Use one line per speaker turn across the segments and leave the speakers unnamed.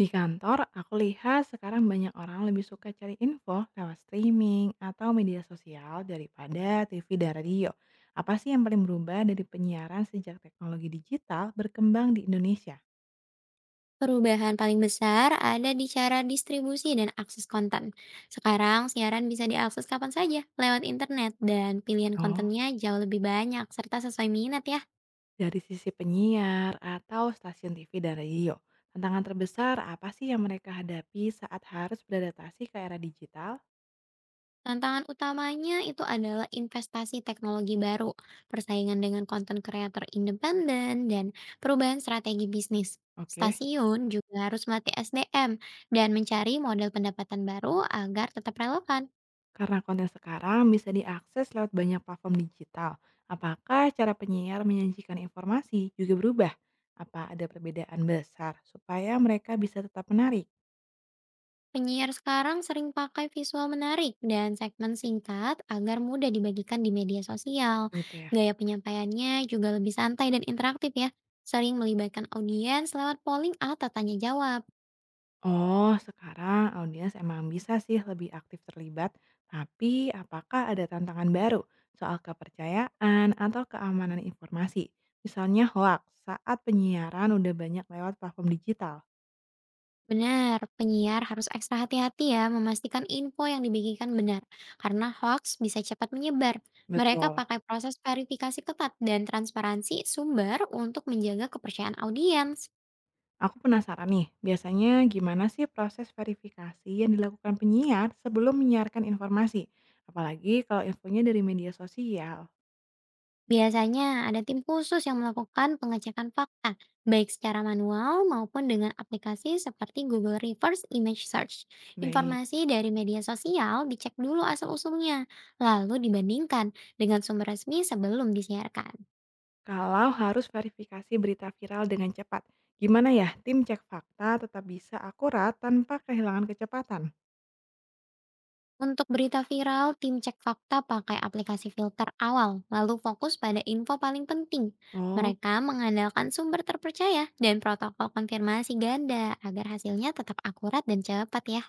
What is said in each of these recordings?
Di kantor, aku lihat sekarang banyak orang lebih suka cari info lewat streaming atau media sosial daripada TV dan radio. Apa sih yang paling berubah dari penyiaran sejak teknologi digital berkembang di Indonesia?
Perubahan paling besar ada di cara distribusi dan akses konten. Sekarang, siaran bisa diakses kapan saja lewat internet dan pilihan
Oh,
kontennya jauh lebih banyak serta sesuai minat ya.
dari sisi penyiar atau stasiun TV dan radio. Tantangan terbesar apa sih yang mereka hadapi saat harus beradaptasi ke era digital?
Tantangan utamanya itu adalah investasi teknologi baru, persaingan dengan konten kreator independen, dan perubahan strategi bisnis.
Oke.
Stasiun juga harus melatih SDM dan mencari model pendapatan baru agar tetap relevan.
Karena konten sekarang bisa diakses lewat banyak platform digital, apakah cara penyiar menyajikan informasi juga berubah? Apa ada perbedaan besar supaya mereka bisa tetap menarik?
Penyiar sekarang sering pakai visual menarik dan segmen singkat agar mudah dibagikan di media sosial.
Gitu ya.
Gaya penyampaiannya juga lebih santai dan interaktif ya, sering melibatkan audiens lewat polling atau tanya jawab.
Oh, sekarang audiens emang bisa sih lebih aktif terlibat, tapi apakah ada tantangan baru soal kepercayaan atau keamanan informasi? Misalnya hoax saat penyiaran udah banyak lewat platform digital.
Benar, penyiar harus ekstra hati-hati ya memastikan info yang dibagikan benar, karena hoax bisa cepat menyebar. Mereka
Betul.
pakai proses verifikasi ketat dan transparansi sumber untuk menjaga kepercayaan audiens.
Aku penasaran nih, biasanya gimana sih proses verifikasi yang dilakukan penyiar sebelum menyiarkan informasi? Apalagi kalau infonya dari media sosial.
Biasanya ada tim khusus yang melakukan pengecekan fakta, baik secara manual maupun dengan aplikasi seperti Google Reverse Image Search.
Baik,
Informasi dari media sosial dicek dulu asal-usulnya, lalu dibandingkan dengan sumber resmi sebelum disiarkan.
kalau harus verifikasi berita viral dengan cepat, gimana ya tim cek fakta tetap bisa akurat tanpa kehilangan kecepatan?
Untuk berita viral, tim cek fakta pakai aplikasi filter awal, lalu fokus pada info paling penting.
Oh,
Mereka mengandalkan sumber terpercaya dan protokol konfirmasi ganda agar hasilnya tetap akurat dan cepat ya.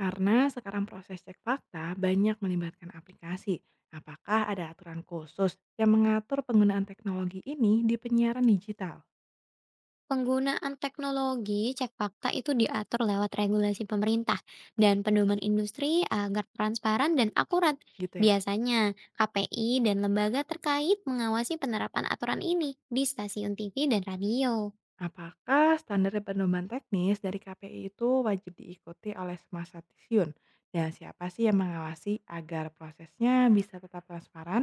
karena sekarang proses cek fakta banyak melibatkan aplikasi. Apakah ada aturan khusus yang mengatur penggunaan teknologi ini di penyiaran digital?
Penggunaan teknologi cek fakta itu diatur lewat regulasi pemerintah dan pedoman industri agar transparan dan akurat.
Gitu ya.
Biasanya, KPI dan lembaga terkait mengawasi penerapan aturan ini di stasiun TV dan radio.
Apakah standar pedoman teknis dari KPI itu wajib diikuti oleh semua stasiun? Dan siapa sih yang mengawasi agar prosesnya bisa tetap transparan?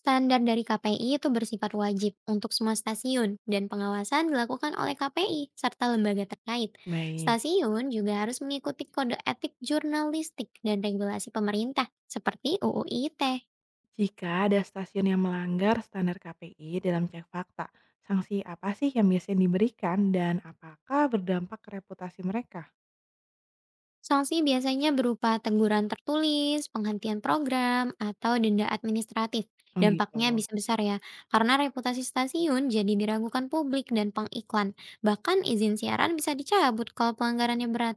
Standar dari KPI itu bersifat wajib untuk semua stasiun dan pengawasan dilakukan oleh KPI serta lembaga terkait.
Baik.
Stasiun juga harus mengikuti kode etik jurnalistik dan regulasi pemerintah seperti UU ITE.
Jika ada stasiun yang melanggar standar KPI dalam cek fakta, sanksi apa sih yang biasanya diberikan dan apakah berdampak ke reputasi mereka?
Sanksi biasanya berupa teguran tertulis, penghentian program, atau denda administratif.
Oh,
Dampaknya
gitu.
bisa besar ya, karena reputasi stasiun jadi diragukan publik dan pengiklan. Bahkan izin siaran bisa dicabut kalau pelanggarannya berat.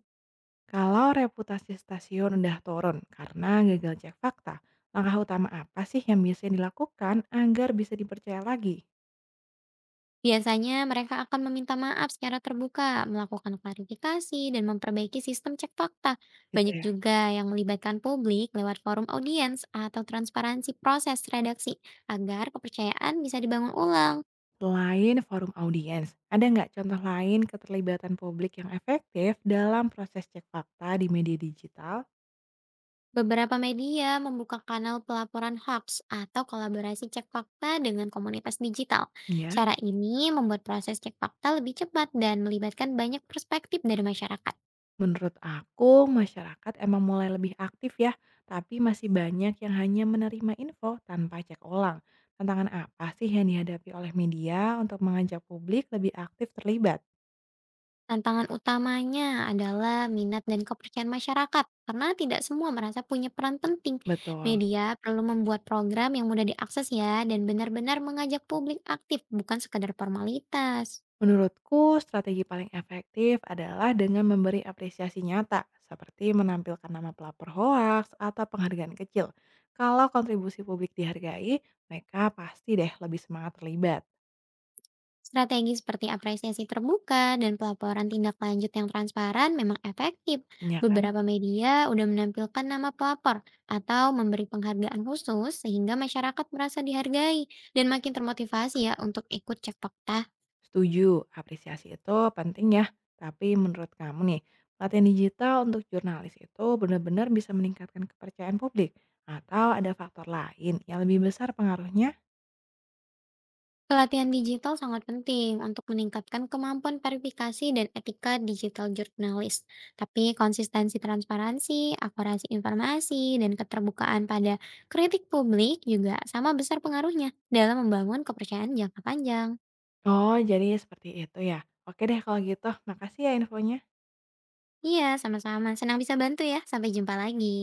Kalau reputasi stasiun udah turun karena gagal cek fakta, langkah utama apa sih yang biasanya dilakukan agar bisa dipercaya lagi?
Biasanya mereka akan meminta maaf secara terbuka, melakukan klarifikasi, dan memperbaiki sistem cek fakta.
Gitu
Banyak
ya.
juga yang melibatkan publik lewat forum audiens atau transparansi proses redaksi agar kepercayaan bisa dibangun ulang.
Selain forum audiens, ada nggak contoh lain keterlibatan publik yang efektif dalam proses cek fakta di media digital?
Beberapa media membuka kanal pelaporan hoax atau kolaborasi cek fakta dengan komunitas digital.
Ya,
Cara ini membuat proses cek fakta lebih cepat dan melibatkan banyak perspektif dari masyarakat.
menurut aku, masyarakat emang mulai lebih aktif ya, tapi masih banyak yang hanya menerima info tanpa cek ulang. Tantangan apa sih yang dihadapi oleh media untuk mengajak publik lebih aktif terlibat?
Tantangan utamanya adalah minat dan kepercayaan masyarakat, karena tidak semua merasa punya peran penting.
Betul.
Media perlu membuat program yang mudah diakses ya, dan benar-benar mengajak publik aktif, bukan sekadar formalitas.
Menurutku, strategi paling efektif adalah dengan memberi apresiasi nyata, seperti menampilkan nama pelapor hoaks atau penghargaan kecil. Kalau kontribusi publik dihargai, mereka pasti deh lebih semangat terlibat.
Strategi seperti apresiasi terbuka dan pelaporan tindak lanjut yang transparan memang efektif.
Ya kan?
Beberapa media udah menampilkan nama pelapor atau memberi penghargaan khusus sehingga masyarakat merasa dihargai dan makin termotivasi ya untuk ikut cek fakta.
Setuju, apresiasi itu penting ya. Tapi menurut kamu nih, pelatihan digital untuk jurnalis itu benar-benar bisa meningkatkan kepercayaan publik? Atau ada faktor lain yang lebih besar pengaruhnya?
Pelatihan digital sangat penting untuk meningkatkan kemampuan verifikasi dan etika digital jurnalis. Tapi konsistensi transparansi, akurasi informasi, dan keterbukaan pada kritik publik juga sama besar pengaruhnya dalam membangun kepercayaan jangka panjang.
Oh, jadi seperti itu ya. Oke deh kalau gitu, makasih ya infonya.
Iya, sama-sama. Senang bisa bantu ya. Sampai jumpa lagi.